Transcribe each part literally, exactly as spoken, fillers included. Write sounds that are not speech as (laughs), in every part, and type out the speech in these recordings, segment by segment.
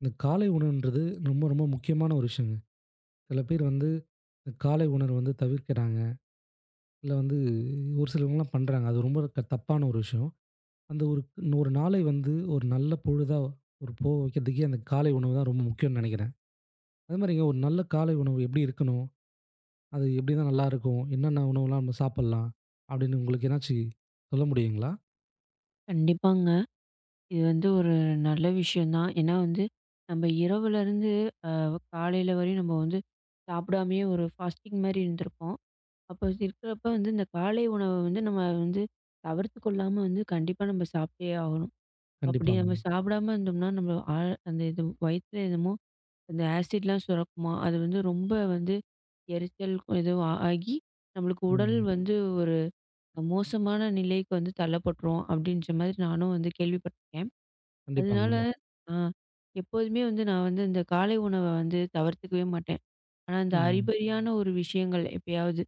இந்த காலை உணவுன்றது ரொம்ப ரொம்ப முக்கியமான ஒரு விஷயங்க. சில பேர் வந்து இந்த காலை உணர்வு வந்து தவிர்க்கிறாங்க. இல்ல வந்து ஒரு சிலவங்கலாம் பண்றாங்க. அது ரொம்ப க தப்பான ஒரு விஷயம். அந்த ஒரு ஒரு நாளை வந்து ஒரு நல்ல பொழுதா ஒரு போக வைக்கிறதுக்கே அந்த காலை உணவு தான் ரொம்ப முக்கியம்னு நெனைக்கிறேன். அது மாரிங்க ஒரு நல்ல காலை உணவு எப்படி இருக்கணும்? அது எப்படின்னா நல்லாயிருக்கும்? என்னென்ன உணவுலாம் நம்ம சாப்பிடலாம்? அப்படின்னு உங்களுக்கு ஏதாச்சு சொல்ல முடியுங்களா? கண்டிப்பாங்க. இது வந்து ஒரு நல்ல விஷயம் தான். ஏன்னா வந்து நம்ம இரவுலருந்து அ காலையில வரையும் நம்ம வந்து சாப்பிடாமயே ஒரு ஃபாஸ்டிங் மாரி இருந்திருப்போம். அப்போ இருக்கிறப்ப வந்து இந்த காலை உணவ வந்து நம்ம வந்து தவிர்த்து கொள்ளாம வந்து கண்டிப்பா நம்ம சாப்பிட்டே ஆகணும். அப்படி கண்டிப்பாங்க. நம்ம சாப்பிடாம இருந்தோம்னா, நம்ம ஆ அந்த இது வயித்துல என்னமோ அந்த ஆசிட்லாம் சுரக்குமா, அது வந்து ரொம்ப வந்து எரிச்சல் ஏதோ ஆகி நம்மளுக்கு உடல் ம். வந்து ஒரு மோசமான நிலைக்கு வந்து தள்ளப்பட்டுரும். அப்படின்ற மாதிரி நானும் வந்து கேள்விப்பட்டிருக்கேன். அதனால கண்டிப்பாங்க. இல்ல. ஆ எப்போதுமே வந்து நான் வந்து இந்த காலை உணவ வந்து தவிர்த்துக்கவே மாட்டேன். ஆனா, இந்த ம். அறிபறியான ஒரு விஷயங்கள் எப்பயாவது,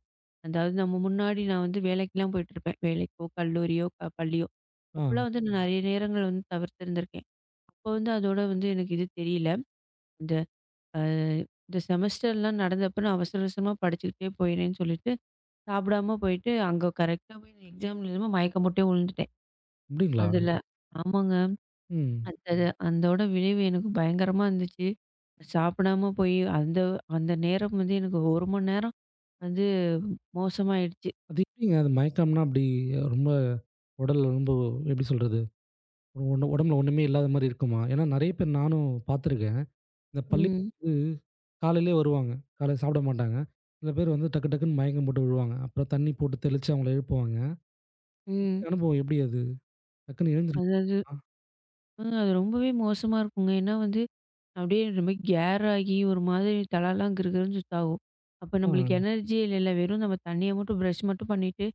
அதாவது நம்ம முன்னாடி நான் வந்து வேலைக்கெல்லாம் போயிட்டுருப்பேன். வேலைக்கோ, கல்லூரியோ, க பள்ளியோ. ஆ. அப்பலாம் வந்து நான் நெறைய நேரங்கள் வந்து தவிர்த்திருந்திருக்கேன். அப்ப வந்து அதோட வந்து எனக்கு இது தெரியல. இந்த அ இந்த செமஸ்டர்லாம் நடந்தப்ப நான் அவசர அவசரமா படிச்சுக்கிட்டே போயிறேன்னு சொல்லிட்டு, சாப்பிடாம போயிட்டு, அங்க கரெக்ட்டா போய் எக்ஸாம் எழுதும்போது மயக்கம் போட்டே விழுந்துட்டேன். அப்படிங்களா? அதுல ஆமாங்க. ம். அது அது அதோட விளைவு எனக்கு பயங்கரமா இருந்துச்சு. சாப்பிடாம போய் அந்த அந்த நேரம் வந்து எனக்கு ஒரு மணி நேரம் வந்து மோசமாயிடுச்சு. அது எப்படிங்க அது மயக்கம்னா அப்படி ரொம்ப உடல் ரொம்ப எப்படி சொல்றது? ஒண்ணு உடம்புல ஒண்ணுமே இல்லாத மாரி இருக்குமா? ஏன்னா நெறைய பேர் நானும் பார்த்துருக்கேன். இந்த பள்ளி ம். காலையிலேயே வருவாங்க. காலையில சாப்பிட மாட்டாங்க. சில பேர் வந்து டக்கு டக்குன்னு மயக்கம் போட்டு விழுவாங்க. அப்புறம் தண்ணி போட்டு தெளிச்சு அவங்கள எழுப்புவாங்க. எப்படி ம். அனுபவம் எப்படி அது? டக்குன்னு அதாவது எழுந்திருப்பீங்களா? ம் அது ரொம்பவே மோசமா இருக்குங்க. ஏன்னா வந்து அப்படியே ரொம்ப கேர் ஆகி ஒரு மாதிரி தலலாம் கிறுகிறுன்னு சுத்தாகும். அப்ப நம்மளுக்கு ஆ. எனர்ஜியே இல்லைல்ல. வெறும் நம்ம தண்ணிய மட்டும் ப்ரஷ் மட்டும் பண்ணிட்டு,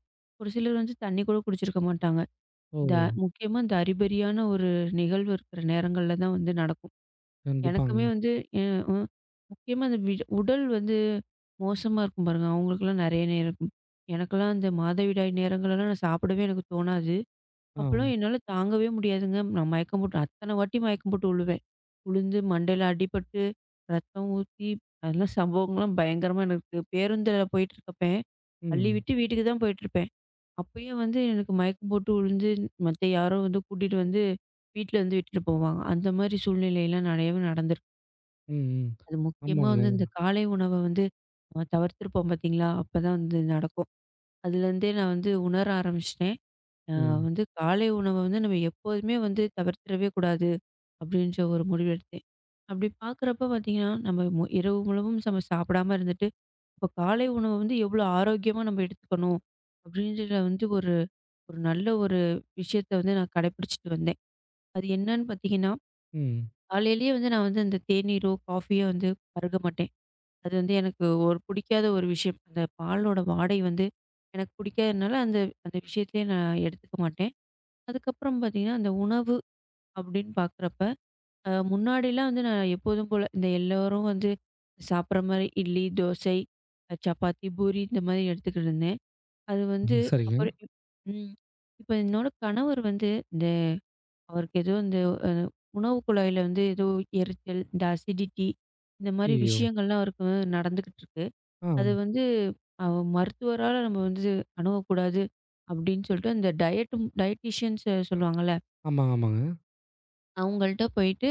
ஒரு சிலர் வந்து தண்ணி கூட குடிச்சிருக்க மாட்டாங்க. ஓ! இந்த முக்கியமா இந்த அறிபறியான ஒரு நிகழ்வு இருக்கிற நேரங்கள்ல தான் வந்து நடக்கும். கண்டிப்பாங்க. எனக்குமே வந்து எ அ முக்கியமா அந்த விட உடல் வந்து மோசமா இருக்கும் பாருங்க. அவங்களுக்கெல்லாம் நெறைய நேரம் இருக்கும். எனக்கெல்லாம் அந்த மாதவிடாய் நேரங்கள்லாம் நான் சாப்பிடவே எனக்கு தோணாது. ஆ. அப்பலாம் என்னால தாங்கவே முடியாதுங்க. நான் மயக்கம் போட்டு அத்தன வாட்டி மயக்கம் போட்டு விழுவேன். விழுந்து மண்டையில அடிபட்டு, ரத்தம் ஊத்தி அதெல்லாம் சம்பவங்கள்லாம் பயங்கரமா எனக்கு இருக்கு. பேருந்துல போயிட்டுருக்கப்ப, பள்ளி ம். விட்டு வீட்டுக்கு தான் போயிட்டுருப்பேன். அப்பயே வந்து எனக்கு மயக்கம் போட்டு விழுந்து, மத்த யாரோ வந்து கூட்டிட்டு வந்து வீட்ல வந்து விட்டுட்டு போவாங்க. அந்த மாரி சூழ்நிலைலாம் நெறையவே நடந்திருக்கு. ம், ம். அது முக்கியமா ஆமாங்க. வந்து இந்த காலை உணவ வந்து நம்ம தவிர்த்திருப்போம் பார்த்தீங்களா? அப்பதான் வந்து நடக்கும். அதுலேருந்தே நான் வந்து உணர ஆரம்பிச்சுட்டேன். அ ம். வந்து காலை உணவ வந்து நம்ம எப்போதுமே வந்து தவிர்த்திடவே கூடாது, அப்படின்ற ஒரு முடிவு எடுத்தேன். அப்படி பார்க்குறப்ப பார்த்தீங்கன்னா, நம்ம மு இரவு முழுவதும் நம்ம சாப்பிடாம இருந்துட்டு, இப்போ காலை உணவு வந்து எவ்வளோ ஆரோக்கியமா நம்ம எடுத்துக்கணும், அப்படின்றத வந்து ஒரு ஒரு நல்ல ஒரு விஷயத்த வந்து நான் கடைப்பிடிச்சுட்டு வந்தேன். அது என்னன்னு பார்த்தீங்கன்னா, ம். காலையிலேயே வந்து நான் வந்து அந்த தேநீரோ, காஃபியோ வந்து பருக மாட்டேன். அது வந்து எனக்கு ஒரு பிடிக்காத ஒரு விஷயம். அந்த பாலோட வாடை வந்து எனக்கு பிடிக்காதனால, அந்த அந்த விஷயத்திலயே நான் எடுத்துக்க மாட்டேன். அதுக்கப்புறம் பார்த்தீங்கன்னா, அந்த உணவு அப்படின்னு பார்க்குறப்ப, அ முன்னாடிலாம் வந்து நான் எப்போதும் போல இந்த எல்லோரும் வந்து சாப்பிட்ற மாரி இட்லி, தோசை, அ சப்பாத்தி, பூரி இந்த மாரி எடுத்துக்கிட்டு இருந்தேன். அது வந்து ம். சரிங்க. அப்புறம் இப் ம். இப்ப என்னோட கணவர் வந்து இந்த அவருக்கு ஏதோ இந்த அ உணவு குழாயில வந்து ஏதோ எரிச்சல், இந்த அசிடிட்டி இந்த மாரி ஐயய்யோ! விஷயங்கள்லாம் அவருக்கு நடந்துகிட்டு இருக்கு. ஆ. அது வந்து அ மருத்துவரால நம்ம வந்து அணுகக்கூடாது அப்படின்னு சொல்லிட்டு, அந்த டயட்டு டயட்டீஷியன்ஸ் சொல்லுவாங்கல்ல, ஆமா, ஆமாங்க. அவங்கள்ட்ட போயிட்டு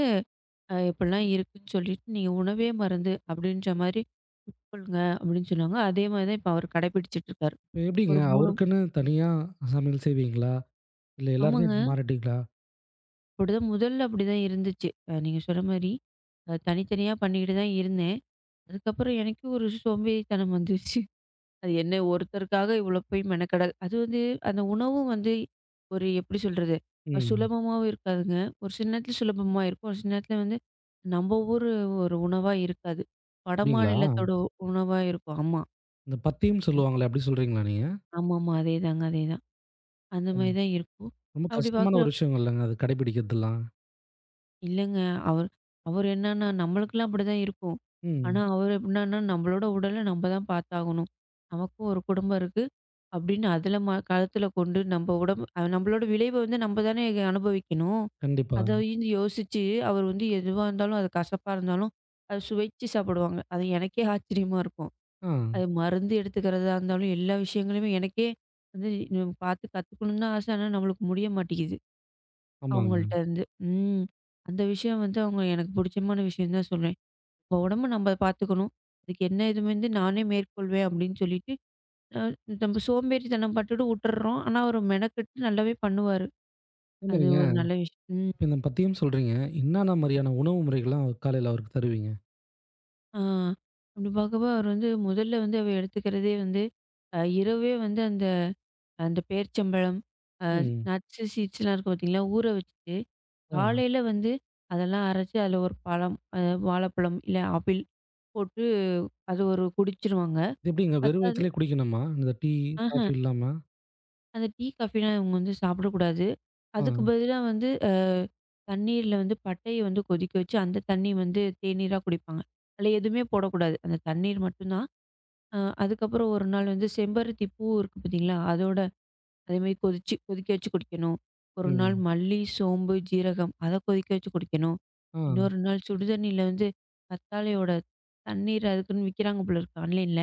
அ இப்படிலாம் இருக்குன்னு சொல்லிட்டு, "நீங்க உணவே மருந்து" அப்படின்ற மாரி உட்கொள்ளுங்க அப்படின்னு சொன்னாங்க. அதே மாரி தான் இப்ப அவர் கடைபிடிச்சிட்டு இருக்காரு. இப்ப எப்படிங்க? ஒரு மூன்று அவருக்குன்னு தனியா சமையல் செய்வீங்களா? இல்ல எல்லாருமே ஆமாங்க. மாறிட்டீங்களா? அப்படிதான் முதல்ல அப்படிதான் இருந்துச்சு. அ நீங்க சொன்ன மாரி, அ தனித்தனியா பண்ணிக்கிட்டு தான் இருந்தேன். அதுக்கப்புறம் எனக்கே ஒரு சோம்பேறித்தனம் வந்துருச்சு. அது என்ன ஒருத்தருக்காக இவ்வளோ போய் மெனக்கெடல். அது வந்து அந்த உணவும் வந்து ஒரு எப்படி சொல்றது? அ ம். சுலபமாவும் இருக்காதுங்க. ஒரு சில நேரத்துல சுலபமா இருக்கும். ஒரு சில நேரத்துல வந்து நம்ம ஊர் ஒரு உணவா இருக்காது. வட அப்படிங்களா? மாநிலத்தோட உணவா இருக்கும். ஆமா. இந்த பத்தியம் என்ன- சொல்லுவாங்களே, அப்டி சொல்றீங்களா நீங்க? ஆமாமா. அதேதாங்க, அதேதான். அந்த மாரி ம். தான் இருக்கும். ரொம்ப அப்படி கஷ்டமான பார்க்குற ஒரு விஷயம் இல்லங்க அது கடைபிடிக்கிறதெல்லாம். இல்லங்க. அவர் அவர் என்னன்னா, நம்மளுக்கெல்லாம் அப்படிதான் இருக்கும். ஆனா, ம். அவரு எப்டின்னான்னா, நம்மளோட உடல நம்ம தான் பாத்தாகணும். நமக்கும் ஒரு குடும்பம் இருக்கு. அப்படின்னு அதில ம கழுத்துல கொண்டு நம்ம உடம்பு அஹ் நம்மளோட விளைவு வந்து நம்ம தானே அனுபவிக்கணும். கண்டிப்பா. அதையும் யோசிச்சு அவர் வந்து எதுவா இருந்தாலும், அது கசப்பா இருந்தாலும், அத சுவைச்சு சாப்பிடுவாங்க. அது எனக்கே ஆச்சரியமா இருக்கும். ஆ. அது மருந்து எடுத்துக்கிறதா இருந்தாலும், எல்லா விஷயங்களையுமே எனக்கே வந்து பாத்து கத்துக்கணும்னு தான் ஆசை. ஆனா, நம்மளுக்கு முடிய மாட்டேங்குது. ஆமாங்க. அவங்கள்ட்ட இருந்து. ம். அந்த விஷயம் வந்து அவங்க எனக்கு பிடிச்சமான விஷயம் தான் சொல்வேன். "நம்ம உடம்ப நம்ம பார்த்துக்கணும். அதுக்கு என்ன இது வந்து நானே மேற்கொள்வேன்" அப்படின்னு சொல்லிட்டு, அ நம்ம சோம்பேறித்தனம் பட்டுட்டு உட்டுர்றோம். ஆனா, அவரு மெனக்கெட்டு நல்லாவே பண்ணுவாரு. அதே அது மாரிங்க ஒரு நல்ல விஷயம். ம். இப்ப இந்த பத்தியம் சொல்றீங்க. என்னான்ன மாரியான உணவு முறைகள்லாம் காலையில அவருக்கு தருவீங்க? ஆ. அப்படி பார்க்கப்போ அவர் வந்து முதல்ல வந்து அவ எடுத்துக்கிறதே வந்து, அ இரவே வந்து அந்த அந்த பேரிச்சம்பழம், அ ம். நட்ஸு, சீட்ஸ்லாம் இருக்கும் பார்த்தீங்களா? ஊற வச்சுட்டு, ஆ. காலையில வந்து அதெல்லாம் அரைச்சு அதில ஒரு பழம், அ வாழைப்பழம், இல்ல ஆப்பிள் போட்டு அது ஒரு குடிச்சுருவாங்க. இது எப்டிங்க வெறும் பத்தாது வயித்துலயே குடிக்கணுமா? இந்த டீ, ஆஹ காஃபி இல்லாம? அந்த டீ, காஃபிலாம் இவங்க வந்து சாப்பிடக்கூடாது. ஆ. அதுக்கு பதிலா வந்து அ தண்ணீர்ல வந்து பட்டைய வந்து கொதிக்க வச்சு, அந்த தண்ணி வந்து தேநீரா குடிப்பாங்க. அதில எதுவுமே போடக்கூடாது. அந்த தண்ணீர் மட்டும் தான். அ அதுக்கப்புறம் ஒரு நாள் வந்து செம்பருத்தி பூ இருக்கு பார்த்தீங்களா? அதோட அதேமாரி கொதிச்சு கொதிக்க வச்சு குடிக்கணும். ஒரு நாள் ம். மல்லி, சோம்பு, ஜீரகம் அத கொதிக்க வச்சு குடிக்கணும். ஆ. இன்னொரு நாள் சுடுதண்ணீல வந்து கத்தாழையோட தண்ணீர் அதுக்குன்னு விக்கிறாங்க போல இருக்கு ஆன்லைன்ல.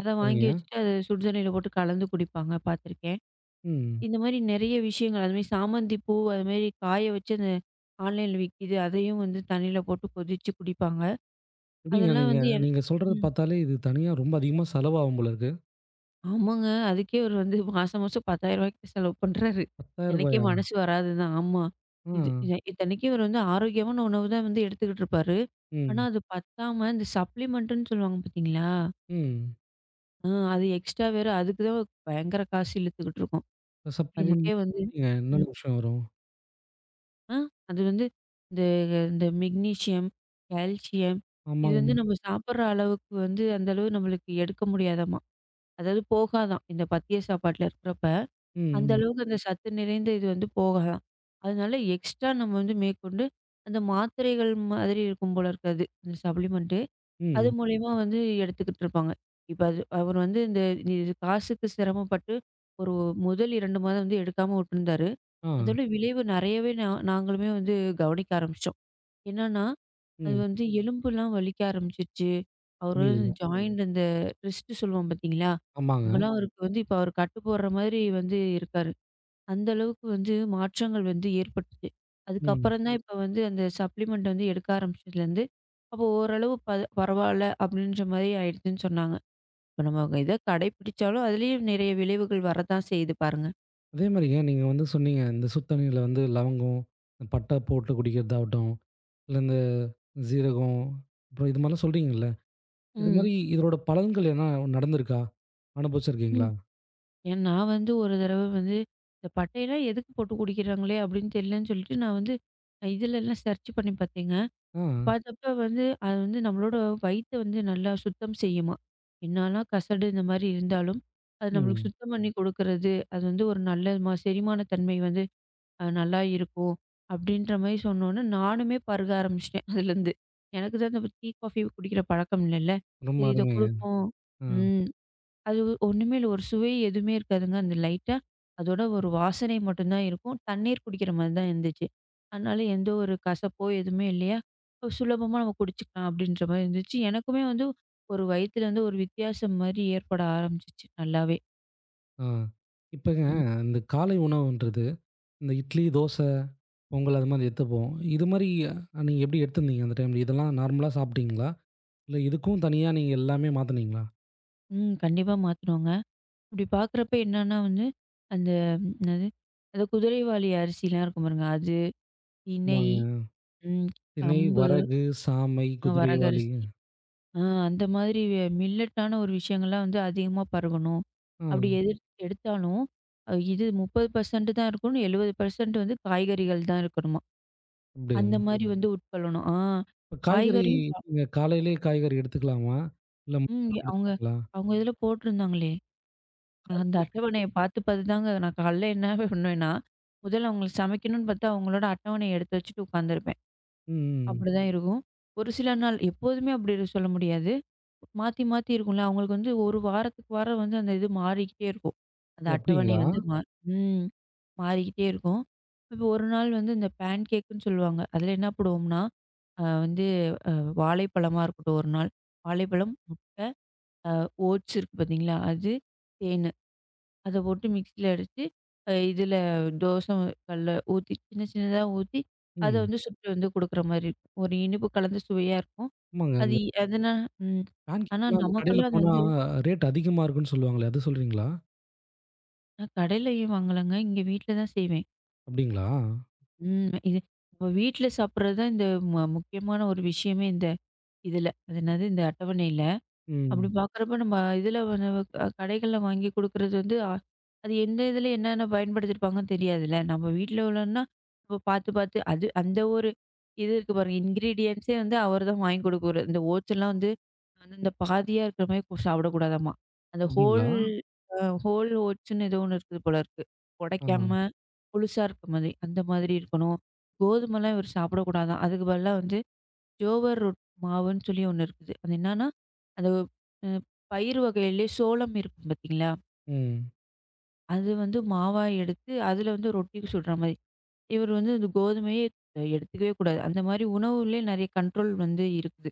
அத வாங்கி சரிங்க. வச்சுட்டு அத சுடு தண்ணீல போட்டு கலந்து குடிப்பாங்க பார்த்துருக்கேன். ம். இந்த மாரி நெறைய விஷயங்கள் அதுமாரி சாமந்தி பூ அதுமாரி காய வச்சு அந்த ஆன்லைன்ல விக்கிது. அதையும் வந்து தண்ணீல போட்டு கொதிச்சு குடிப்பாங்க. எப்டிங்க அதெல்லாம் நீங்க வந்து என நீங்க சொல்றத ம். பார்த்தாலே இது தனியா ரொம்ப அதிகமா செலவாகும் போல இருக்கு. ஆமாங்க. அதுக்கே இவரு வந்து மாசம் மாசம் ரூ. பத்தாயிரம் ரூபாய் செலவு பண்றாரு. ரூ. எனக்கே பத்தாயிரம் மனசு வராது தான். ஆமா. ஆ. இது இத இத்தனைக்கும் இவரு வந்து ஆரோக்கியமான உணவு தான் வந்து எடுத்துக்கிட்டு இருப்பாரு. ஆனா ம். அது பத்தாம இந்த சப்ளிமெண்ட்டுன்னு சொல்லுவாங்க பார்த்தீங்களா? ம். அ அது எக்ஸ்ட்ரா வேற அதுக்கு தான் பயங்கர காசு இழுத்துக்கிட்டு இருக்கோம். சப்ளிமெண்ட் அதுக்கே வந்து எப்டிங்க என்னென்ன ம். விஷயம் வரும்? ஆ அது வந்து இந்த இந்த மெக்னீசியம், கால்சியம் இது வந்து ஆமாங்க. நம்ம சாப்பிடுற அளவுக்கு வந்து அந்த அளவு நம்மளுக்கு எடுக்க முடியாதாம்மா. அதாவது போகாதாம். இந்த பத்திய சாப்பாட்டுல இருக்கிறப்ப, அந்த ம். ம். அளவுக்கு அந்த சத்து நிறைந்த இது வந்து போகாதாம். அதனால எக்ஸ்ட்ரா நம்ம வந்து மேற்கொண்டு அந்த மாத்திரைகள் மாதிரி இருக்கும் போல இருக்கு அது. அந்த சப்ளிமெண்ட். அது ம். மூலியமா வந்து எடுத்துக்கிட்டு இருப்பாங்க. இப்ப அது அவர் வந்து இந்த இ காசுக்கு சிரமப்பட்டு ஒரு முதல் இரண்டு மாதம் வந்து எடுக்காம விட்டுருந்தாரு. ஆ. அதோட விளைவு நெறையவே நா நாங்களுமே வந்து கவனிக்க ஆரம்பிச்சோம். என்னன்னா, அது ம். வந்து எலும்புலாம் வலிக்க ஆரம்பிச்சுருச்சு. அவரு ஐயய்யோ! ஜாயிண்ட் அந்த ரிஸ்ட் சொல்லுவோம் பார்த்தீங்களா? ஆமாங்க. அங்கலாம் அவருக்கு வந்து இப்ப அவரு கட்டு போடுற மாதிரி வந்து இருக்காரு. அந்த அளவுக்கு வந்து மாற்றங்கள் வந்து ஏற்பட்டுச்சு. ம். அதுக்கப்புறம் தான் ம். இப்ப வந்து அந்த சப்ளிமெண்ட் வந்து எடுக்க ஆரம்பிச்சதுலேருந்து, அப்போ ஓரளவு ப பரவால்ல அப்படின்ற மாரி ஆயிடுச்சுன்னு சொன்னாங்க. இப்ப நம்ம இத கடைப்பிடிச்சாலும் அதுலயும் நிறைய விளைவுகள் வரத்தான் செய்யுது பாருங்க. அதே மாரிங்க நீங்க வந்து சொன்னீங்க, இந்த சுத்தண்ணீல வந்து லவங்கம், பட்டை போட்டு குடிக்கிறதாகட்டும், இல்ல இந்த சீரகம், அப்புறம் இது மாரிலாம் சொல்றீங்கல்ல. இது ம். மாரி இதோட பலன்கள் எதனா நடந்திருக்கா? ம். அனுபவிச்சிருக்கீங்களா? ஏன் நான் வந்து ஒரு தடவ வந்து இந்த பட்டையெல்லாம் எதுக்கு போட்டு குடிக்கிறாங்களே அப்படின்னு தெரியலன்னு சொல்லிட்டு நான் வந்து இதுலலாம் சர்ச் பண்ணி பார்த்தேங்க. ஆ. பார்த்தப்ப வந்து, அது வந்து நம்மளோட வயித்த வந்து நல்லா சுத்தம் செய்யுமாம். என்னலாம் கசடு இந்த மாரி இருந்தாலும், அது நம்மளுக்கு ம். சுத்தம் பண்ணி கொடுக்குறது, அது வந்து ஒரு நல்ல ம செரிமான தன்மை வந்து அ நல்லா இருக்கும். அப்படின்ற மாரி சொன்னோனே, நானுமே பருக ஆரம்பிச்சுட்டேன் அதுலேருந்து. எனக்கு தான் இந்த டீ, காஃபி குடிக்கிற பழக்கம் இல்லைல்ல. ரொம்ப சரி இத அருமைங்க. குடுப்போம். ஆ. ம். அது ஒண்ணுமே இல்ல. ஒரு சுவை எதுவுமே இருக்காதுங்க. அந்த லைட்டா அதோட ஒரு வாசனை மட்டும் தான் இருக்கும். தண்ணீர் குடிக்கிற மாரி தான் இருந்துச்சு. அதனால எந்த ஒரு கசப்போ எதுவுமே இல்லையா, "இப்ப சுலபமா நம்ம குடிச்சுக்கலாம்." அப்படின்ற மாரி இருந்துச்சு. எனக்குமே வந்து ஒரு வயித்துல வந்து ஒரு வித்தியாசம் மாரி ஏற்பட ஆரம்பிச்சுச்சு நல்லாவே. ஆ. இப்பங்க ம். இந்த காலை உணவுன்றது, இந்த இட்லி, தோசை, பொங்கல் அது மாரி எடுத்துப்போம். இது மாரி நீங்க எப்படி எடுத்திருந்தீங்க அந்த டைம்ல? இதெல்லாம் நார்மலா சாப்பிட்டீங்களா? இல்ல இதுக்கும் தனியா நீங்க எல்லாமே மாத்துனீங்களா? ம். கண்டிப்பா மாத்தணுங்க. இப்படி பார்க்குறப்ப என்னன்னா வந்து, அந்த ம், என்னது, அந்த குதிரைவாலி அரிசிலாம் இருக்கும் பாருங்க. அது, திணை, ஆமாங்க. ம், திணை, கம்பு, வரகு, சாமை, குதிரைவாலி. வரகரிசி ஆ அந்த மாதிரி மில்லட்டான ஒரு விஷயங்கள்லாம் வந்து அதிகமா பரவணும். ஆ அப்படி எதிர் எடுத்தாலும், அ இது முப்பது சதவீதம் தான் இருக்கணும். எழுபது சதவீதம் வந்து காய்கறிகள் தான் இருக்கணுமா. அந்த அப்படியா? மாரி ம். வந்து உட்கொள்ளணும். ஆ இப்ப காய்கறி காய்கறியும் ப நீங்க காலையிலேயே காய்கறி எடுத்துக்கலாமா? இல்ல ம் மத்தியானம் அவங்க எடுத்துப்பீங்களா? அவங்க இதில போட்டிருந்தாங்களே. நான் காலையில அந்த எடுப்பீங்க. அட்டவணைய பார்த்து பார்த்து தாங்க நான் காலைல என்ன பண்ணுவேன்னா, முதல்ல அவங்களுக்கு சமைக்கணும்னு பார்த்தா, அவங்களோட அட்டவணைய எடுத்து வச்சுட்டு உட்காந்துருப்பேன். ம். அப்படிதான் இருக்கும். ஒரு சில நாள் எப்போதுமே அப்படி இருக்க சொல்ல முடியாது. மாத்தி, மாத்தி இருக்கும்ல. அவங்களுக்கு வந்து ஒரு வாரத்துக்கு வாரம் வந்து அந்த இது மாறிக்கிட்டே இருக்கும். அந்த ஓ! அட்டவணை அப்படிங்களா? வந்து மா ம். மாறிக்கிட்டே இருக்கும். இப்போ ஒரு நாள் வந்து இந்த பேன் கேக்குன்னு சொல்லுவாங்க. அதில என்ன போடுவோம்னா, அ வந்து அ வாழைப்பழமா இருக்கட்டும் ஒரு நாள். வாழைப்பழம், முட்டை, அ ஓட்ஸ் இருக்கு பார்த்தீங்களா? அது, தேனு. அத போட்டு மிக்ஸியில அடிச்சு, அ இதில தோசை கல்ல ஊத்தி சின்ன சின்னதா ஊத்தி, அத ம். வந்து சுட்டு வந்து குடுக்குற மாரி இருக்கும். ஒரு இனிப்பு கலந்த சுவையா இருக்கும். ஆமாங்க. அது இந்த அதுனா ம். பேன் ஆனா கேக்லாம் அந்த கடையில நமக்கெல்லாம் அது போனா வந்து ரேட் அதிகமா இருக்குன்னு சொல்லுவாங்களே, அது சொல்றீங்களா? நான் கடையிலயும் வாங்கலங்க. இங்க வீட்ல தான் செய்வேன். அப்படிங்களா? ம். இது நம்ம வீட்ல சாப்பிடுறது தான் இந்த ம முக்கியமான ஒரு விஷயமே இந்த இதுல. அது என்னது இந்த அட்டவணையில. அப்படி ம். பார்க்குறப்ப நம்ம இதில வந்து அ கடைகள்ல வாங்கி குடுக்குறது வந்து, அ அது எந்த இதில என்னென்ன பயன்படுத்தியிருப்பாங்கன்னு தெரியாதுல்ல. நம்ம வீட்ல உள்ளன்னா, நம்ம பார்த்து பார்த்து அது அந்த ஒரு இது இருக்கு பாருங்க. இன்கிரீடியன்ட்ஸே வந்து அவர் தான் வாங்கி குடுக்குறாரு. இந்த ஓட்ஸ் எல்லாம் வந்து அந்த பாதியா இருக்கிற மாரி கு சாப்பிடக்கூடாதாம்மா. அந்த ஹோல் அப்படிங்களா? அ ஹோல் ஓட்ஸ்ன்னு ஏதோ ஒண்ணு இருக்குது போல இருக்கு. ஆ. உடைக்காம, புழுசா இருக்க மாதிரி. அந்த மாதிரி இருக்கணும். கோதுமைலாம் இவர் சாப்பிடக்கூடாதாம். அதுக்கு பதிலா வந்து ஜோவர் ரொட் மாவுன்னு சொல்லி ஒண்ணு இருக்குது. அது என்னன்னா, அது அ பயிறு வகையிலேயே சோளம் இருக்கும் பார்த்தீங்களா? ம். அது வந்து மாவா எடுத்து, அதில வந்து ரொட்டிக்கு சுடுற மாரி. இவர் வந்து இந்த கோதுமையே எடுத்துக்கவே கூடாது. அந்த மாரி உணவுலே நெறைய கண்ட்ரோல் வந்து இருக்குது.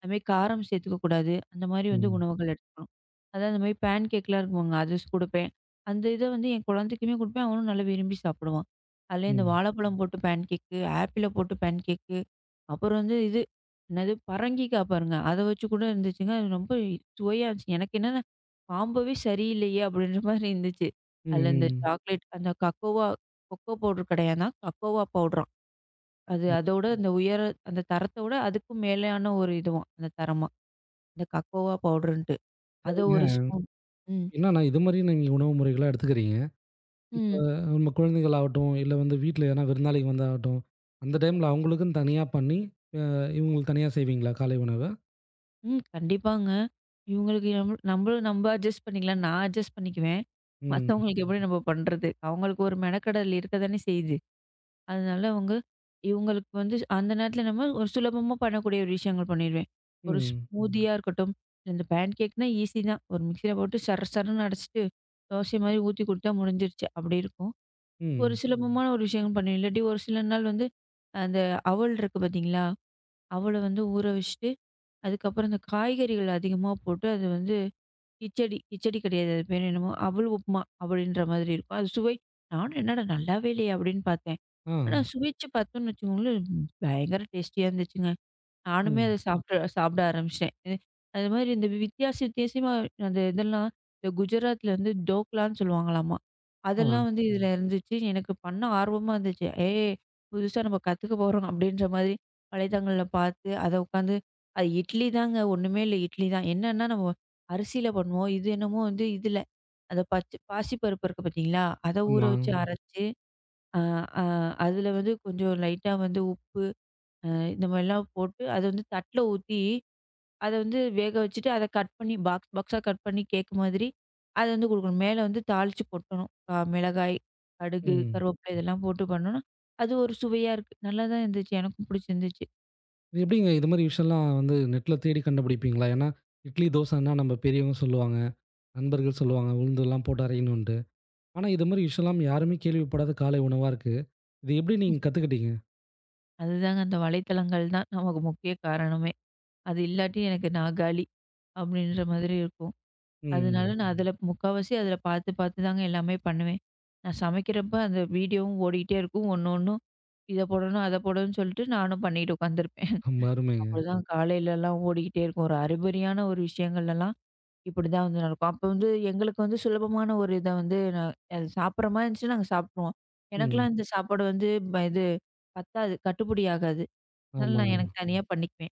அதுமாரி காரம் சேர்த்துக்கக்கூடாது. அந்த மாரி வந்து ம். உணவுகள் எடுத்துக்கணும். அதான் இந்த மாரி பேன் கேக்லாம் இருக்குமாங்க. அது ஸ் குடுப்பேன். அந்த இத வந்து என் குழந்தைக்குமே குடுப்பேன். அவனும் நல்லா விரும்பி சாப்பிடுவான். அதுல இந்த ம். வாழைப்பழம் போட்டு பேன் கேக்கு, ஆப்பிள போட்டு பேன் கேக்கு, அப்புறம் வந்து இது என்னது பரங்கிக்காய் பாருங்க. அத வச்சு கூட இருந்துச்சுங்க. அது ரொம்ப சுவையா இருந்துச்சு. எனக்கு என்னன்னா, காம்போவே சரியில்லையே! அப்பிடின்ற மாரி இருந்துச்சு. அதுல இந்த ம். சாக்லேட் அந்த கக்கோவா கொக்கோ பவுடர் கிடையாதாம். கக்கோவா பவுடராம். அது ம். (unintelligible) அதோட அந்த உயர அந்த தரத்த விட அதுக்கும் மேலான ஒரு இதுவாம். அந்த தரமா. இந்த கக்கோவா பவுடர்ன்ட்டு. அத ஒரு ஏங்க, ஸ்பூன். ம். என்னன்னா இது மாரி நீங்க உணவு முறைகளா எடுத்துக்கிறீங்க? இப்ப ம். நம்ம குழந்தைகளாகட்டும், இல்ல வந்து வீட்ல யாருனா விருந்தாளிங்க வந்தாகட்டும், அந்த டைம்ல அவங்களுக்குன்னு தனியா பண்ணி, அ இவங்களுக்கு தனியா செய்வீங்களா காலை உணவ? ம். கண்டிப்பாங்க. இவங்களுக்கு நம் நம்மளும் நம்ம அட்ஜஸ்ட் பண்ணிக்கலாம். நான் அட்ஜஸ்ட் பண்ணிக்குவேன். ம். மத்தவங்களுக்கு எப்படி நம்ம பண்றது? அவங்களுக்கு ஒரு மெனக்கெடல் இருக்க தானே செய்யுது. அதனால அவங்க இவங்களுக்கு வந்து அந்த நேரத்துல நம்ம ஒரு சுலபமா பண்ணக்கூடிய ஒரு விஷயங்கள் பண்ணிருவேன். ஒரு ம். ஸ்மூதியா இருக்கட்டும். இந்த பேன் கேக்னா ஈஸி தான். ஒரு மிக்ஸியில போட்டு சர சரன்னு அடைச்சுட்டு, தோசை மாரி ஊத்தி குடுத்தா முடிஞ்சிருச்சு. அப்படி இருக்கும். ஒரு ம். ம். சுலபமான ஒரு விஷயங்கள் பண்ணுவேன். இல்லாட்டி ஒரு சில நாள் வந்து அந்த அவல் இருக்கு பார்த்தீங்களா? அவல வந்து ஊற வச்சுட்டு, அதுக்கப்புறம் இந்த காய்கறிகள் அதிகமா போட்டு அது வந்து கிச்சடி கிச்சடி கிடையாது. அது பேர் என்னமோ அவல் உப்புமா அப்படின்ற மாதிரி இருக்கும். அது சுவை நானும் என்னடா நல்லாவே இல்லையே! அப்படின்னு பார்த்தேன். ஆ. ஆனா சுவைச்சு பார்த்தோம்னு வச்சுக்கோங்களேன், பயங்கர டேஸ்டியா இருந்துச்சுங்க. நானுமே அத ம். சாப்ட்டு சாப்பிட ஆரம்பிச்சேன். அ அது மாரி இந்த வித்தியாச வித்தியாசமா அந்த இதெல்லாம் இந்த குஜராத்ல வந்து டோக்லான்னு சொல்லுவாங்களாமா. ஆ. அதெல்லாம் வந்து ம். இதுல இருந்துச்சு. எனக்கு பண்ண ஆர்வமா இருந்துச்சு. ஏய்! புதுசா நம்ம கத்துக்க போறோம் அப்டின்ற மாதிரி வலைதளங்கள்ல பார்த்து, அத உட்காந்து அது இட்லி தாங்க. ஒண்ணுமே இல்ல இட்லி தான். என்னன்னா நம்ம அரிசியில பண்ணுவோம். இது என்னமோ வந்து இதுல அந்த பச்ச பாசி பருப்பு இருக்கு பார்த்தீங்களா? அத ஊற ஆமா. வச்சு ம். அரைச்சு, அ அ அதுல வந்து கொஞ்சம் லைட்டா வந்து உப்பு அ இந்த மாரிலாம் போட்டு அத வந்து தட்ல ஊத்தி, அத வந்து வேக வச்சுட்டு, அத கட் பண்ணி பாக்ஸ் பாக்ஸா கட் பண்ணி கேக் மாதிரி அத வந்து குடுக்கணும். மேல வந்து தாளிச்சு கொட்டணும். அ மிளகாய், கடுகு, ம். கருவேப்பிலை இதெல்லாம் போட்டு பண்ணோம்னா, அது ஒரு சுவையா இருக்கு. நல்லா தான் இருந்துச்சு. எனக்கும் பிடிச்சிருந்துச்சு. இது எப்படிங்க இது மாரி விஷயம்லாம் வந்து நெட்ல தேடி கண்டுபிடிப்பீங்களா? ஏன்னா, இட்லி, தோசைன்னா நம்ம பெரியவங்க சொல்லுவாங்க, நண்பர்கள் சொல்லுவாங்க, உளுந்துலாம் போட்டு அரையணுன்ட்டு. ஆனா, இது மாரி விஷயம்லாம் யாருமே கேள்விப்படாத காலை உணவா இருக்கு. இது எப்படி நீங்க கத்துக்கிட்டீங்க? அதுதாங்க அந்த வலைத்தளங்கள் தான் நமக்கு முக்கிய காரணமே. அது இல்லாட்டி எனக்கு நான் காலி. அப்படின்ற மாதிரி இருக்கும். அதனால ம். நான் அதில முக்காவாசி அதில பார்த்து பார்த்து தாங்க எல்லாமே பண்ணுவேன். நான் சமைக்கிறப்ப அந்த வீடியோவும் ஓடிக்கிட்டே இருக்கும். ஒண்ணு ஒண்ணும் இத போடணும், அத போடணும்னு சொல்லிட்டு நானும் பண்ணிட்டு உட்காந்துருப்பேன். ரொம்ப அருமைங்க. அவ்வளோதான் (laughs) காலையிலலாம் ஓடிக்கிட்டே இருக்கும். ஒரு அரிபரியான ஒரு விஷயங்கள்லலாம் இப்படிதான் வந்து நடக்கும். அப்போ வந்து எங்களுக்கு வந்து சுலபமான ஒரு இத வந்து நான் அது சாப்பிடுற மாரி இருந்துச்சுன்னா நாங்க சாப்பிட்ருவோம். ம். எனக்கெல்லாம் இந்த சாப்பாடு வந்து ப இது பத்தாது, கட்டுப்படி ஆகாது. அதனால ஆமா. நான் ம். எனக்கு தனியா பண்ணிக்குவேன்.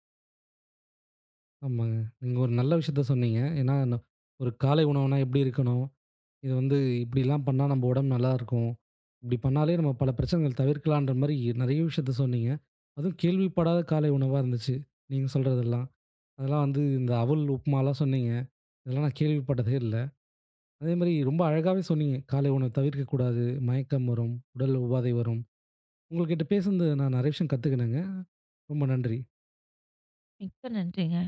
ஆமாங்க. நீங்க ஒரு நல்ல விஷயத்த சொன்னீங்க. ஏன்னா, ந ஒரு காலை உணவுனா எப்படி இருக்கணும்? இது வந்து இப்படிலாம் பண்ணா நம்ம உடம்பு நல்லாயிருக்கும். இப்படி பண்ணாலே நம்ம பல பிரச்சனைகள் தவிர்க்கலான்ற மாரி நெறைய விஷயத்த சொன்னீங்க. அதுவும் கேள்விப்படாத காலை உணவா இருந்துச்சு. நீங்க சொல்றதெல்லாம். அதெல்லாம் வந்து இந்த அவல், உப்புமாலாம் சொன்னீங்க. இதெல்லாம் நான் கேள்விப்பட்டதே இல்ல. அதே மாரி ரொம்ப அழகாவே சொன்னீங்க. காலை உணவு தவிர்க்கக்கூடாது. மயக்கம் வரும். உடல் உபாதை வரும். உங்கள்கிட்ட பேசுனது நான் நெறைய விஷயம் கத்துக்கினேங்க. ரொம்ப நன்றி. மிக்க நன்றிங்க.